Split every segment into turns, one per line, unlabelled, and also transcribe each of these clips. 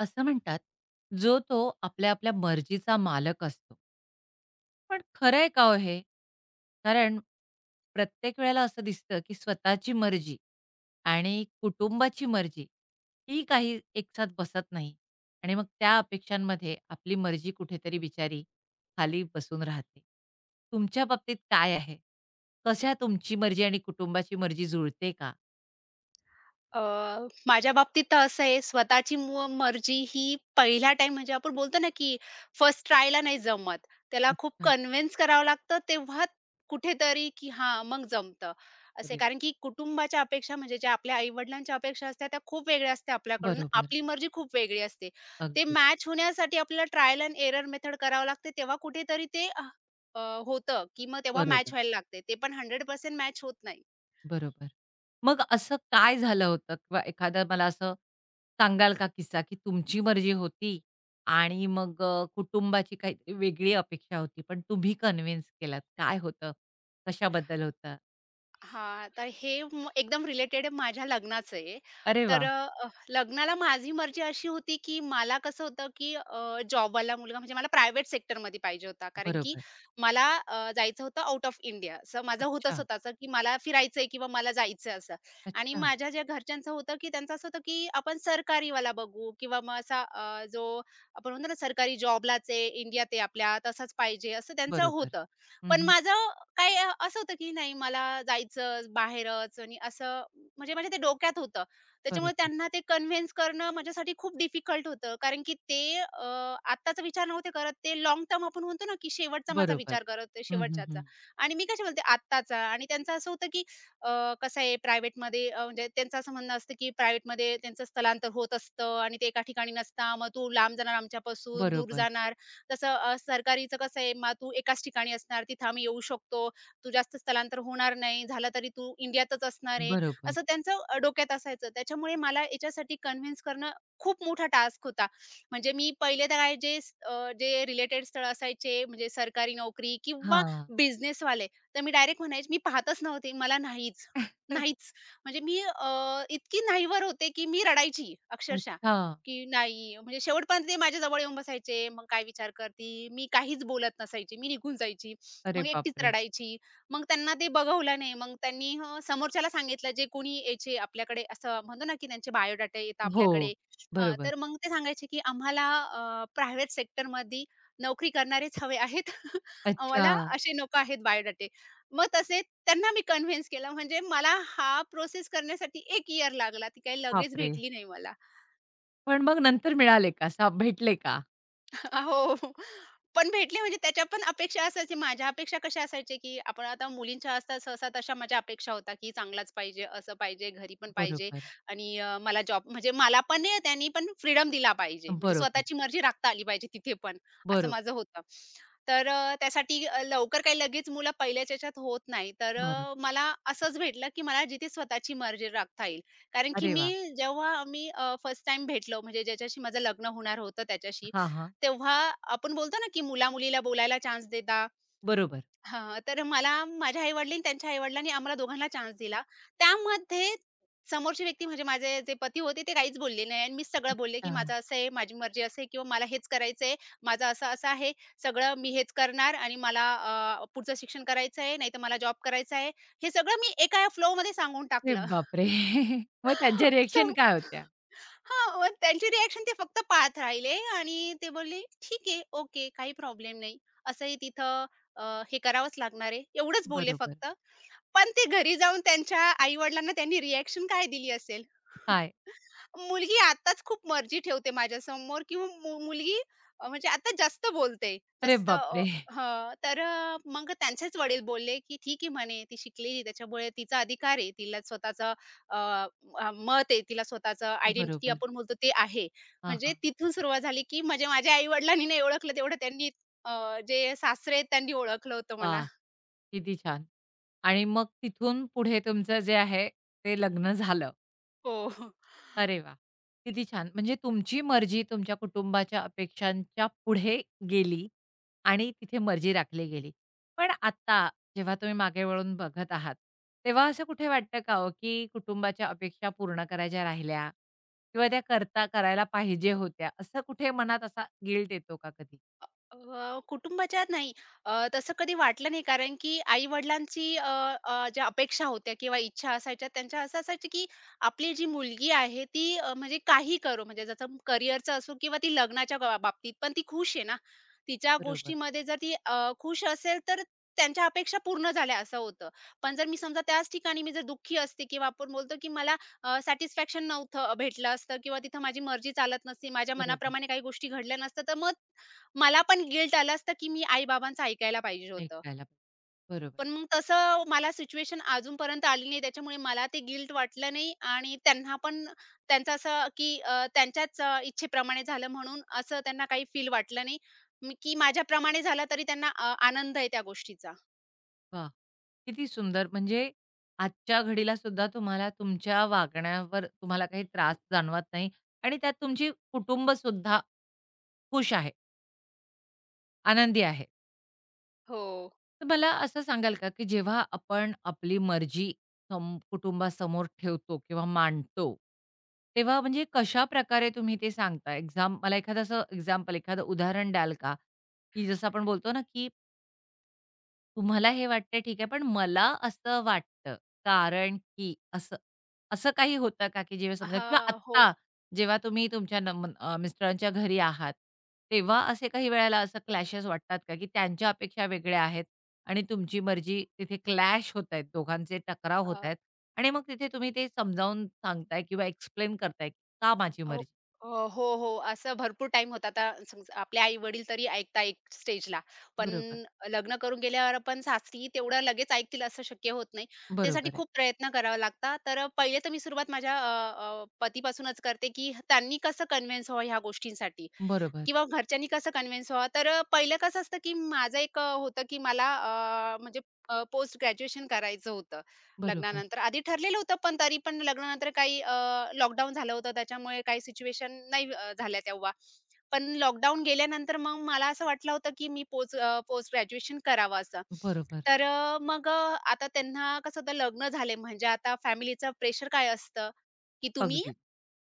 असं म्हणतात, जो तो आपल्या-आपल्या मर्जीचा मालक असतो. पण खरं आहे का हो हे? कारण प्रत्येक वेळेला असं दिसतं, की स्वतःची मर्जी आणि कुटुंबाची मर्जी ही काही एकसाथ बसत नाही आणि मग त्या अपेक्षांमध्ये आपली मर्जी कुठेतरी बिचारी खाली बसून राहते. तुमच्या बाबतीत काय आहे? कशा तुमची मर्जी आणि कुटुंबाची मर्जी जुळते का?
अ, माझ्या बाबतीत तर असं आहे स्वतःची मर्जी ही पहिला टाइम म्हणजे आपण बोलतो ना, की फर्स्ट ट्रायला नाही जमत. त्याला खूप
अच्छा.
कन्व्हिन्स करावं लागतं तेव्हा कुठेतरी, की हां, मग जमतं. असे
अरे, वा.
कारण की कुटुंबाच्या अपेक्षा म्हणजे ज्या आपल्या आई-वडिलांच्या अपेक्षा असतात त्या खूप वेगळ्या असतात आपल्याकडून.
बरोबर.
आपली मर्जी खूप वेगळी असते. ते
अगदी
मॅच होण्यासाठी आपल्याला ट्रायल एंड एरर मेथड करावं लागते तेव्हा कुठेतरी ते अ, अ, होतं, की मग तेव्हा मॅच
बरोबर,
व्हायला लागते. ते पण 100% मॅच होत नाही.
बरोबर. मग असं काय झालं होतं किंवा एखादा मला असं सांगाल का किस्सा, की तुमची मर्जी होती आणि मग कुटुंबाची काहीतरी वेगळी अपेक्षा होती, पण तुम्ही कन्व्हिन्स केलात. काय होतं? कशाबद्दल होतं?
हां, तर हे एकदम रिलेटेड आहे माझ्या लग्नाचं आहे.
अरे वाह!
लग्नाला माझी मर्जी अशी होती, की मला कसं होतं, की जॉबवाला मुलगा म्हणजे मला प्रायव्हेट सेक्टरमध्ये पाहिजे होता. कारण की
बरोबर.
मला जायचं होतं आउट ऑफ इंडिया. असं माझं होतं
अच्छा,
स्वतःचं, की मला फिरायचंय किंवा मला जायचंय असं. आणि
अच्छा.
माझ्या ज्या घरच्यांचं होतं, की त्यांचं असं होतं, की आपण सरकारीवाला बघू किंवा मग असा जो आपण म्हणतो ना सरकारी जॉबलाच आहे, इंडियात आहे आपल्या, तसाच पाहिजे असं त्यांचं
बरोबर.
होतं.
हं,
पण
हं.
माझं काही असं होतं की नाही मला जायचं बाहेरच आणि असं म्हणजे माझ्या ते डोक्यात होतं. त्याच्यामुळे
बरोबर,
त्यांना ते कन्व्हिन्स करणं माझ्यासाठी खूप डिफिकल्ट होतं. कारण की ते आत्ताचा विचार नव्हते करत. ते लाँग टर्म आपण म्हणतो ना, की शेवटचा माझा
बरोबर.
विचार करत होते
हं, हं,
शेवटच्याचा
हं.
आणि मी कशी बोलते आत्ताचा आणि त्यांचं असं होतं की कसं आहे प्रायव्हेटमध्ये म्हणजे त्यांचं असं म्हणणं असतं की प्रायव्हेटमध्ये त्यांचं स्थलांतर होत असतं आणि ते एका ठिकाणी नसता. मग तू लांब जाणार आमच्यापासून, दूर
बरोबर,
जाणार. तसं सरकारीचं कसं आहे, मग तू एकाच ठिकाणी असणार, तिथं आम्ही येऊ शकतो, तू जास्त स्थलांतर होणार नाही, झालं तरी तू इंडियातच असणार आहे,
बरोबर.
असं त्यांचं डोक्यात असायचं. त्याच्यामुळे मला याच्यासाठी कन्व्हिन्स करणं खूप मोठा टास्क होता. म्हणजे मी पहिले तर काय जे रिलेटेड स्थळ असायचे, म्हणजे सरकारी नोकरी किंवा
हां.
बिझनेसवाले, तर मी डायरेक्ट म्हणायचे, मी पाहतच नव्हते, मला नाहीच, नाहीच. म्हणजे मी इतकी नाहीवर होते, की मी रडायची अक्षरशः.
अच्छा.
की नाही म्हणजे शेवटपर्यंत ते माझ्याजवळ येऊन बसायचे. मग काय विचार करती? मी काहीच बोलत नसायची. मी निघून जायची.
अरे
मग एकटीच
बापरे!
रडायची. मग त्यांना ते बघवलं नाही. मग त्यांनी समोरच्याला सांगितलं जे कोणी यायचे आपल्याकडे असं म्हणतो ना, की त्यांचे बायोडाटा येतात आपल्याकडे.
हो. बरोबर.
तर मग ते सांगायचे, की आम्हाला प्रायव्हेट सेक्टरमध्ये नोकरी करणारेच हवे आहेत.
अच्छा.
आम्हाला असे नको आहेत बायोडाटे. मग तसे त्यांना मी कन्व्हिन्स केलं. म्हणजे मला हा प्रोसेस करण्यासाठी 1 इयर लागला. ती काही लगेच
बापरे!
भेटली नाही मला.
पण मग नंतर मिळाले का? भेटले का?
हो. पण भेटले म्हणजे त्याच्या पण अपेक्षा असायची. माझ्या अपेक्षा कशा असायच्या, की आपण आता मुलींच्या असतात सहसा तशा माझ्या अपेक्षा होत्या, की चांगलाच पाहिजे, असं पाहिजे, घरी पण पाहिजे
बरोबर,
आणि मला जॉब म्हणजे मला पण नाही त्यांनी पण फ्रीडम दिला पाहिजे. म्हणजे
बरोबर,
स्वतःची मर्जी राखता आली पाहिजे तिथे पण, असं
बरोबर,
माझं होतं. त्यासाठी लवकर काही लगेच मुलं पहिल्याच्या ह्याच्यात होत नाही.
बरोबर.
मला असंच भेटलं, की मला जिथे स्वतःची मर्जी राखता येईल. कारण की
अरे
मी
वाह!
जेव्हा मी फर्स्ट टाईम भेटलो म्हणजे ज्याच्याशी माझं लग्न होणार होतं त्याच्याशी,
हां, हां.
तेव्हा आपण बोलतो ना, की मुला-मुलीला बोलायला चान्स देता.
बरोबर.
हां, तर मला माझ्या आई-वडील त्यांच्या आई-वडिलांनी आम्हाला दोघांना चान्स दिला. त्यामध्ये समोरची व्यक्ती म्हणजे माझे जे पती होते ते काहीच बोलले नाही आणि मी सगळं बोलले, की
अच्छा.
"माझं असं आहे, माझी मर्जी असं किंवा मला हेच करायचं माझं असं-असं आहे, सगळं मी हेच करणार आणि मला पुढचं शिक्षण करायचं आहे, नाहीतर मला जॉब करायचा आहे." हे सगळं मी एका फ्लोमध्ये सांगून
अरे
टाकलं.
बापरे! मग त्यांच्या
सम
रिएक्शन काय होत्या?
हां, मग त्यांची रिएक्शन ते फक्त पाहत राहिले आणि ते बोलले, "ठीक आहे, ओके, काही प्रॉब्लेम नाही. असंही तिथं अ, हे करावंच लागणार आहे." एवढंच बोलले
बरोबर.
फक्त. पण ते घरी जाऊन त्यांच्या आई-वडिलांना त्यांनी रिएक्शन काय दिली असेल?
काय?
मुलगी आताच खूप मर्जी ठेवते माझ्यासमोर किंवा मुलगी म्हणजे आता जास्त बोलते.
अरे
जास्त अ,
बापरे!
हां, मग त्यांचेच वडील बोलले, की "ठीक आहे म्हणे ती शिकलेली त्याच्यामुळे तिचा अधिकार आहे. तिला स्वतःचं अ, अ, मत आहे. तिला स्वतःचं आयडेंटिटी
बरोबर.
आपण बोलतो ते आहे."
हां,
म्हणजे
हां.
तिथून सुरुवात झाली, की म्हणजे माझ्या आई-वडिलांनी नाही ओळखलं तेवढं त्यांनी जे सासरे आहेत त्यांनी ओळखलं होतं मला.
वाह! किती छान. आणि मग तिथून पुढे तुमचं जे आहे ते लग्न झालं.
हो.
अरे वा, किती छान. म्हणजे तुमची मर्जी तुमच्या कुटुंबाच्या अपेक्षांच्या पुढे गेली आणि तिथे मर्जी राखली गेली. पण आता जेव्हा तुम्ही मागे वळून बघत आहात, तेव्हा असं कुठे वाटतं का हो, की कुटुंबाच्या अपेक्षा पूर्ण करायच्या राहिल्या किंवा त्या करता करायला पाहिजे होत्या, असं कुठे मनात असा गिल्ट येतो का कधी?
अ, अ, कुटुंबाच्या नाही तसं कधी वाटलं नाही कारण की आई-वडिलांची अ, अ, ज्या अपेक्षा होत्या किंवा इच्छा असायच्या त्यांच्या असं असायची की आपली जी मुलगी आहे ती म्हणजे काही करो म्हणजे जसं करिअरचं असो किंवा ती लग्नाच्या बाबतीत पण ती खुश आहे ना. तिच्या
बरोबर,
गोष्टीमध्ये जर ती खुश असेल तर त्यांच्या अपेक्षा पूर्ण झाल्या असं होतं. पण जर मी समजा त्याच ठिकाणी मी जर दुःखी असते किंवा आपण बोलतो की मला सॅटिस्फॅक्शन नव्हतं भेटलं असतं किंवा तिथं माझी मर्जी चालत नसती, माझ्या
बरोबर.
मनाप्रमाणे काही गोष्टी घडल्या नसत्या तर मग मला पण गिल्ट आलं असतं, की मी आई-बाबांचं ऐकायला पाहिजे होतं.
ऐकायला पाहिजे. बरोबर.
पण मग तसं मला सिच्युएशन अजूनपर्यंत आली नाही. त्याच्यामुळे मला ते गिल्ट वाटलं नाही आणि त्यांना पण त्यांचं असं, की त्यांच्याच इच्छेप्रमाणे झालं म्हणून असं त्यांना काही फील वाटलं नाही, मी की माझ्याप्रमाणे झालं तरी त्यांना आनंद आहे त्या गोष्टीचा.
वा, किती सुंदर. म्हणजे आजच्या घडीला सुद्धा तुम्हाला तुमच्या वागण्यावर तुम्हाला काही त्रास जाणवत नाही आणि त्यात तुमची कुटुंब सुद्धा खुश आहे, आनंदी आहे.
हो.
तर मला असं सांगाल का, की जेव्हा आपण आपली मर्जी कुटुंबासमोर ठेवतो किंवा मांडतो, तेव्हा म्हणजे कशाप्रकारे तुम्ही ते सांगता? मला एखादं असं एक्झाम्पल, एखादं उदाहरण द्याल का? की जसं आपण बोलतो ना, की तुम्हाला हे वाटतंय ठीक आहे. पण मला असं वाटतं, कारण की असं, असं काही होतं का, की जेव्हा समजा किंवा
हां, हो.
आत्ता जेव्हा तुम्ही तुमच्या मिस्टरांच्या घरी आहात, तेव्हा असे काही वेळेला असं क्लॅशेस वाटतात का, की त्यांच्या अपेक्षा वेगळ्या आहेत आणि तुमची मर्जी तिथे क्लॅश होतायत, दोघांचे टकराव होतायत आणि मग तिथे तुम्ही ते समजावून सांगताय किंवा एक्सप्लेन करताय, का माझी
अहो,
मर्जी?
अ, हो, हो. असं भरपूर टाइम होता. आता समज आपले आई-वडील तरी ऐकता एक स्टेजला. पण
बरोबर,
लग्न करून गेल्यावर आपण सासरी तेवढं लगेच ऐकतील असं शक्य होत नाही. त्यासाठी
बरोबर आहे.
खूप प्रयत्न करावा लागतात. तर पहिले तर मी सुरुवात माझ्या अ, अ, पतीपासूनच करते, की त्यांनी कसं कन्व्हिन्स व्हावं ह्या गोष्टींसाठी
बरोबर,
किंवा घरच्यांनी कसं कन्व्हिन्स व्हावं. पहिलं कसं असतं, की माझं एक होतं, की मला म्हणजे पोस्ट ग्रॅज्युएशन करायचं होतं.
बरोबर,
लग्नानंतर. आधी ठरलेलं होतं, पण तरी पण लग्नानंतर काही लॉकडाऊन झालं होतं, त्याच्यामुळे काही सिच्युएशन नाही झाल्या तेव्हा. पण लॉकडाऊन गेल्यानंतर मग मला असं वाटलं होतं, की मी पोस्ट पोस्ट ग्रॅज्युएशन करावं असं.
बरोबर.
मग आता त्यांना कसं होतं लग्न झाले म्हणजे आता फॅमिलीचं प्रेशर काय असतं, की तुम्ही
अगदी.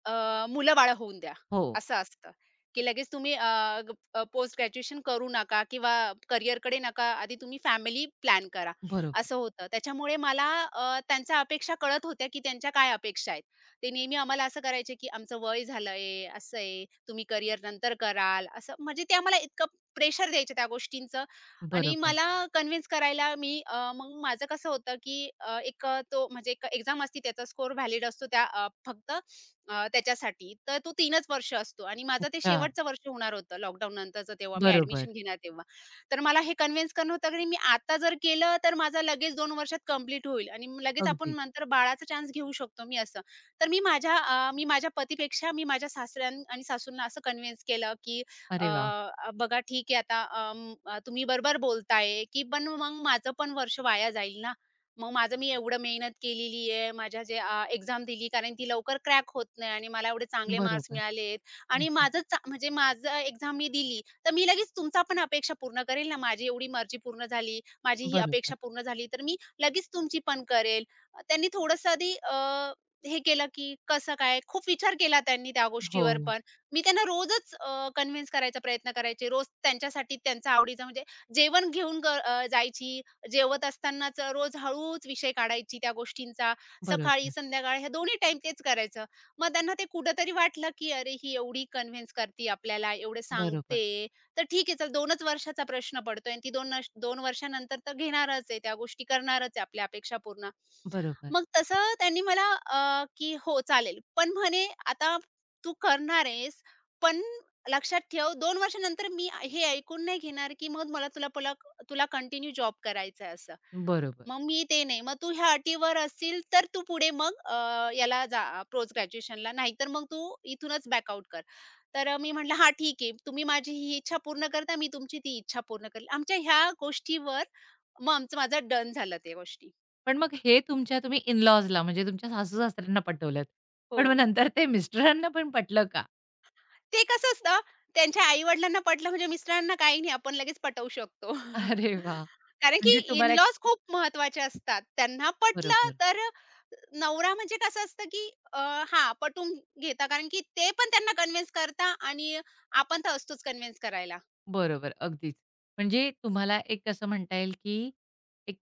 मुलं-बाळं होऊन द्या,
हो,
असं असतं, की लगेच तुम्ही पोस्ट ग्रॅज्युएशन करू नका किंवा करिअरकडे नका, आधी तुम्ही फॅमिली प्लॅन करा,
बरोबर,
असं होतं. त्याच्यामुळे मला त्यांच्या अपेक्षा कळत होत्या, की त्यांच्या काय अपेक्षा आहेत. ते नेहमी आम्हाला असं करायचे, की "आमचं वय झालंय, असं आहे, तुम्ही करिअर नंतर कराल," असं. म्हणजे ते आम्हाला इतकं प्रेशर द्यायचे त्या गोष्टींचं आणि
बरोबर.
मला कन्व्हिन्स करायला मग माझं कसं होतं, की एक तो म्हणजे एक एक्झाम असते, त्याचा स्कोर व्हॅलिड असतो त्या फक्त त्याच्यासाठी. तर तो 3च वर्ष असतो आणि माझं ते
अच्छा,
शेवटचं वर्ष होणार होतं लॉकडाऊन नंतरचं तेव्हा मी
बरोबर.
ॲडमिशन घेणार तेव्हा. तर मला हे कन्विन्स करणं होतं की मी आता जर केलं तर माझा लगेच 2 वर्षात कंप्लीट होईल आणि मग लगेच आपण
अगदीच.
नंतर बाळाचा चान्स घेऊ शकतो मी असं. तर मी माझ्या अ, मी माझ्या पतीपेक्षा मी माझ्या सासऱ्यां आणि सासूंना असं कन्विन्स केलं की अ,
अरे वाह!
अ, बघा ठीक आहे आता तुम्ही बरोबर बोलताय की पण मग माझं पण वर्ष वाया जाईल ना. मग माझं मी एवढं मेहनत केलेली आहे. माझ्या जे एक्झाम दिली कारण ती लवकर क्रॅक होत नाही आणि मला एवढे चांगले मार्क्स
बरोबर.
मिळालेत
हं,
आणि माझं म्हणजे माझं एक्झाम मी दिली, तर मी लगेच तुमचा पण अपेक्षा पूर्ण करेल ना. माझी एवढी मर्जी पूर्ण झाली, माझी ही अपेक्षा
बरोबर.
पूर्ण झाली, तर मी लगेच तुमची पण करेल. त्यांनी थोडंसं आधी हे केलं की कसं काय खूप विचार केला त्यांनी त्या
हो,
गोष्टीवर
हो.
पण. मी त्यांना रोजच कन्व्हिन्स करायचा प्रयत्न करायचे. रोज त्यांच्यासाठी त्यांचा आवडीचा म्हणजे जेवण घेऊन जायची जेवत असतानाच रोज हळूच विषय काढायची त्या गोष्टींचा. सकाळी,
बरोबर,
संध्याकाळी ह्या दोन्ही टाइम तेच करायचं. मग त्यांना ते कुठेतरी वाटलं, की "अरे, ही एवढी कन्व्हिन्स करती आपल्याला, एवढं
बरोबर,
सांगते, तर ठीक आहे, चल दोनच वर्षाचा प्रश्न पडतोय आणि ती 2 वर्षानंतर तर घेणारच आहे, त्या गोष्टी करणारच आहे आपल्या अपेक्षा पूर्ण."
बरोबर,
मग तसं त्यांनी मला की "हो, चालेल. पण म्हणे आता तू करणार आहेस, पण लक्षात ठेव 2 वर्षानंतर मी हे ऐकून नाही घेणार, की मग मला तुला कंटिन्यू जॉब करायचा आहे असं.
बरोबर.
मग मी ते नाही. मग तू ह्या अटीवर असशील तर तू पुढे मग याला जा पोस्ट ग्रॅज्युएशनला नाहीतर मग तू इथूनच बॅकआउट कर. मी म्हटलं, "हां, ठीक आहे. तुम्ही माझी ही इच्छा पूर्ण करता, मी तुमची ती इच्छा पूर्ण करेल." आमच्या ह्या गोष्टीवर मग आमचं माझं डन झालं त्या गोष्टी.
पण मग हे तुमच्या तुम्ही इन-लॉजला म्हणजे तुमच्या सासू-सासऱ्यांना पटवलत.
हो.
पण मग नंतर ते मिस्टरांना पण पटलं का?
ते कसं असतं, त्यांच्या आई-वडिलांना पटलं म्हणजे मिस्टरांना काही नाही, आपण लगेच पटवू शकतो.
अरे वाह!
कारण की
म्हणजे तुम्हाला एक
इन-लॉज खूप महत्त्वाचे असतात. त्यांना पटलं
बरोबर,
तर नवरा म्हणजे कसं असतं, की अ, हां, पटवून घेता कारण की ते पण त्यांना कन्व्हिन्स करता आणि आपण तर असतोच कन्व्हिन्स करायला.
बरोबर. अगदीच. म्हणजे तुम्हाला एक असं म्हणता येईल, की एक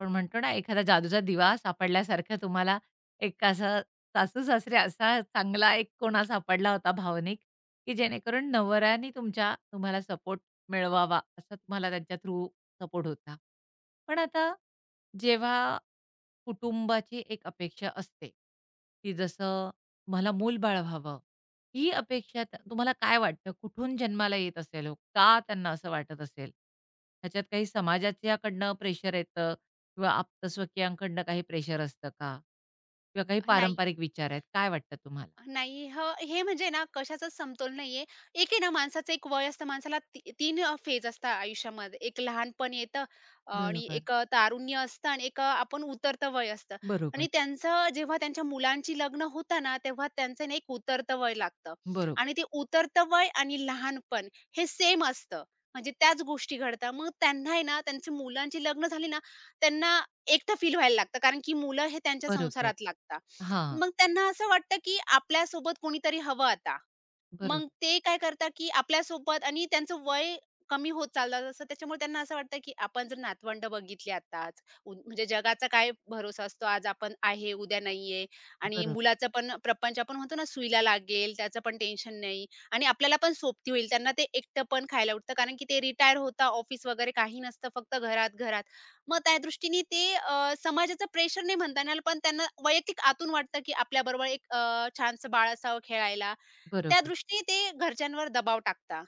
पण म्हणतो ना, एखादा जादूचा दिवा सापडल्यासारखं तुम्हाला एक असा सासू-सासरे असा चांगला एक कोणा सापडला होता भावनिक, की जेणेकरून नवऱ्याने तुमच्या तुम्हाला सपोर्ट मिळवावा, असा तुम्हाला त्यांच्या थ्रू सपोर्ट होता. पण आता जेव्हा कुटुंबाची एक अपेक्षा असते, की जसं मला मूल-बाळ व्हावं. ही अपेक्षा तुम्हाला काय वाटतं कुठून जन्माला येत असेल हो? का त्यांना असं वाटत असेल? ह्याच्यात काही समाजाच्याकडनं प्रेशर येतं किंवा आप्तस्वकीयांकडनं काही प्रेशर असतं का? किंवा काही
नाही
पारंपरिक विचार आहेत, काय वाटतं तुम्हाला?
नाही. हं, हे म्हणजे ना कशाचाच समतोल नाहीये. एक आहे ना माणसाचं एक वय असतं. माणसाला ती 3 फेज असतात आयुष्यामध्ये. एक लहानपण येतं आणि
बरोबर,
एक तारुण्य असतं आणि एक आपण उतरतं वय असतं. आणि
बरोबर,
त्यांचं जेव्हा त्यांच्या मुलांची लग्न होतात ना, तेव्हा त्यांचं ना एक उतरतं वय लागतं.
बरोबर.
आणि ते उतरतं वय आणि लहानपण हे सेम असतं. म्हणजे त्याच गोष्टी घडतात. मग त्यांना आहे ना, त्यांची मुलांची लग्न झाली ना, त्यांना एकटं फील व्हायला लागतं. कारण की मुलं हे त्यांच्या
बरोबर.
संसारात लागतात.
हां.
मग त्यांना असं वाटतं, की आपल्यासोबत कोणीतरी हवं आता.
बरोबर,
मग ते काय करतात, की आपल्यासोबत आणि त्यांचं वय कमी होत चाललं असतं. त्याच्यामुळे त्यांना असं वाटतं, की आपण जर नातवंड बघितली आताच, म्हणजे जगाचा काय भरोसा असतो. आज आपण आहे, उद्या नाहीये आणि
बरोबर,
मुलाचं पण प्रपंच आपण म्हणतो ना, सुईला लागेल, त्याचं पण टेन्शन नाही आणि आपल्याला पण सोबती होईल. त्यांना ते एकटं पण खायला उठतं, कारण की ते रिटायर होता, ऑफिस वगैरे काही नसतं, फक्त घरात, घरात. मग त्या दृष्टीने ते समाजाचं प्रेशर नाही म्हणता येणार, पण त्यांना वैयक्तिक आतून वाटतं, की आपल्याबरोबर एक छानसं बाळ असावं खेळायला त्या
बरोबर,
दृष्टीने ते घरच्यांवर दबाव टाकता.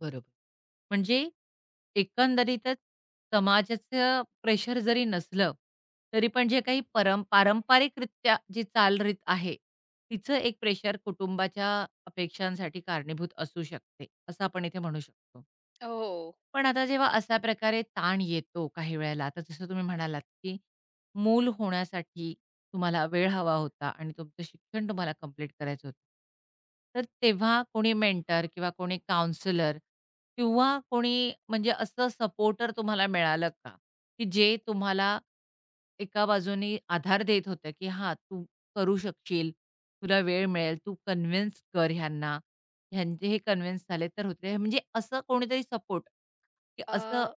बरोबर. म्हणजे एकंदरीतच समाजाचं प्रेशर जरी नसलं, तरी पण जे काही पारंपरिकरित्या जी चालरीत आहे, तिचं एक प्रेशर कुटुंबाच्या अपेक्षांसाठी कारणीभूत असू शकते, असं आपण इथे म्हणू शकतो.
हो.
पण आता जेव्हा अशा प्रकारे ताण येतो काही वेळेला, आता जसं तुम्ही म्हणालात, की मूल होण्यासाठी तुम्हाला वेळ हवा होता आणि तुमचं शिक्षण तुम्हाला कंप्लीट करायचं होतं. तर तेव्हा कोणी मेंटर किंवा कोणी काउंसलर किंवा कोणी म्हणजे असं सपोर्टर तुम्हाला मिळालं का? की जे तुम्हाला एका बाजूने आधार देत होतं, की हां, तू करू शकशील, तुला वेळ मिळेल, तू कन्विन्स कर ह्यांना ह्यांचे हे कन्व्हिन्स झाले तर होते. म्हणजे असं कोणीतरी सपोर्ट, की असं
अ,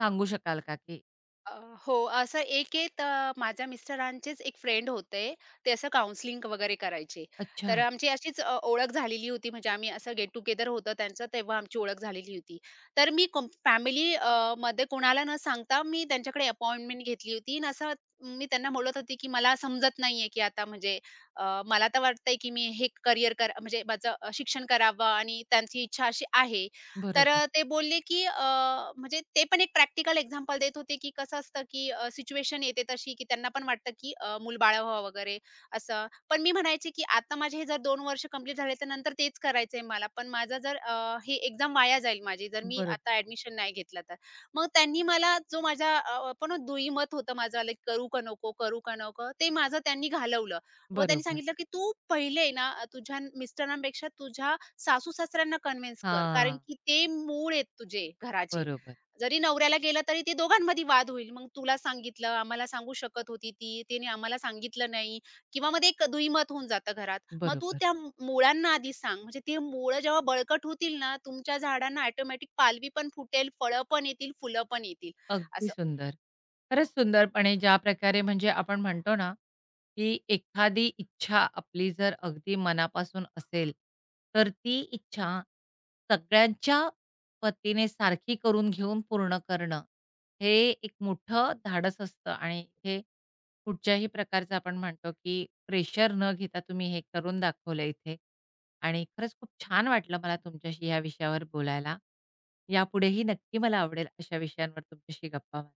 सांगू शकाल का, की
अ, हो, असं एक आहे तर माझ्या मिस्टरांचेच एक फ्रेंड होते. ते असं काउन्सलिंग वगैरे करायचे.
अच्छा,
तर आमची अशीच ओळख झालेली होती. म्हणजे आम्ही असं गेट टुगेदर होतं त्यांचं, तेव्हा आमची ओळख झालेली होती. तर मी फॅमिली मध्ये कोणाला न सांगता मी त्यांच्याकडे अपॉइंटमेंट घेतली होती आणि असं मी त्यांना बोलत होती, की मला समजत नाहीये, की आता म्हणजे मला तर वाटतंय, की मी हे करियर कर म्हणजे माझं शिक्षण करावं आणि त्यांची इच्छा अशी आहे.
बरोबर,
ते बोलले की म्हणजे ते पण एक प्रॅक्टिकल एक्झाम्पल देत होते, की कसं असतं की सिच्युएशन येते तशी, की त्यांना पण वाटतं की मूल-बाळ व्हावं वगैरे असं. पण मी म्हणायचे की आता माझे हे जर 2 वर्ष कंप्लीट झाले, तर नंतर तेच करायचंय मला. पण माझं जर हे एक्झाम वाया जाईल माझी, जर मी
बरोबर,
आता ॲडमिशन नाही घेतलं तर. मग त्यांनी मला जो माझा आपण दुईमत होतं माझं लाइक करू का नको, करू का नको, ते माझं त्यांनी घालवलं. मग त्यांनी
बरोबर.
सांगितलं की "तू पहिले ना तुझ्या मिस्टरांपेक्षा तुझ्या सासू-सासऱ्यांना कन्व्हिन्स कर. कारण
हां,
की ते मूळ आहेत तुझे घराचे.
बरोबर,
जरी नवऱ्याला गेलं तरी ते दोघांमध्ये वाद होईल. मग तुला सांगितलं, आम्हाला सांगू शकत होती ती, तिने आम्हाला सांगितलं नाही किंवा मग एक दुईमत होऊन जातं घरात. मग तू
बरोबर.
त्या मुळांना आधी सांग. म्हणजे ते मुळं जेव्हा बळकट होतील ना, तुमच्या झाडांना ऑटोमॅटिक पालवी पण फुटेल, फळं पण येतील, फुलं पण येतील.
अगदी
असं.
सुंदर. खरंच सुंदरपणे ज्या प्रकारे म्हणजे आपण म्हणतो ना, की एखादी इच्छा आपली जर अगदी मनापासून असेल, तर ती इच्छा सगळ्यांच्या पतीने सारखी करून घेऊन पूर्ण करणं, हे एक मोठं धाडस असतं आणि हे कुठच्याही प्रकारचं आपण म्हणतो, की प्रेशर न घेता तुम्ही हे करून दाखवलं इथे. आणि खरंच खूप छान वाटलं मला तुमच्याशी या विषयावर बोलायला. यापुढेही नक्की मला आवडेल अशा विषयांवर तुमच्याशी गप्पा मारायला.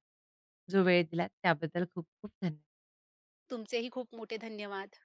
जो वेळ दिलात त्याबद्दल खूप खूप धन्यवाद.
तुमचेही खूप मोठे धन्यवाद.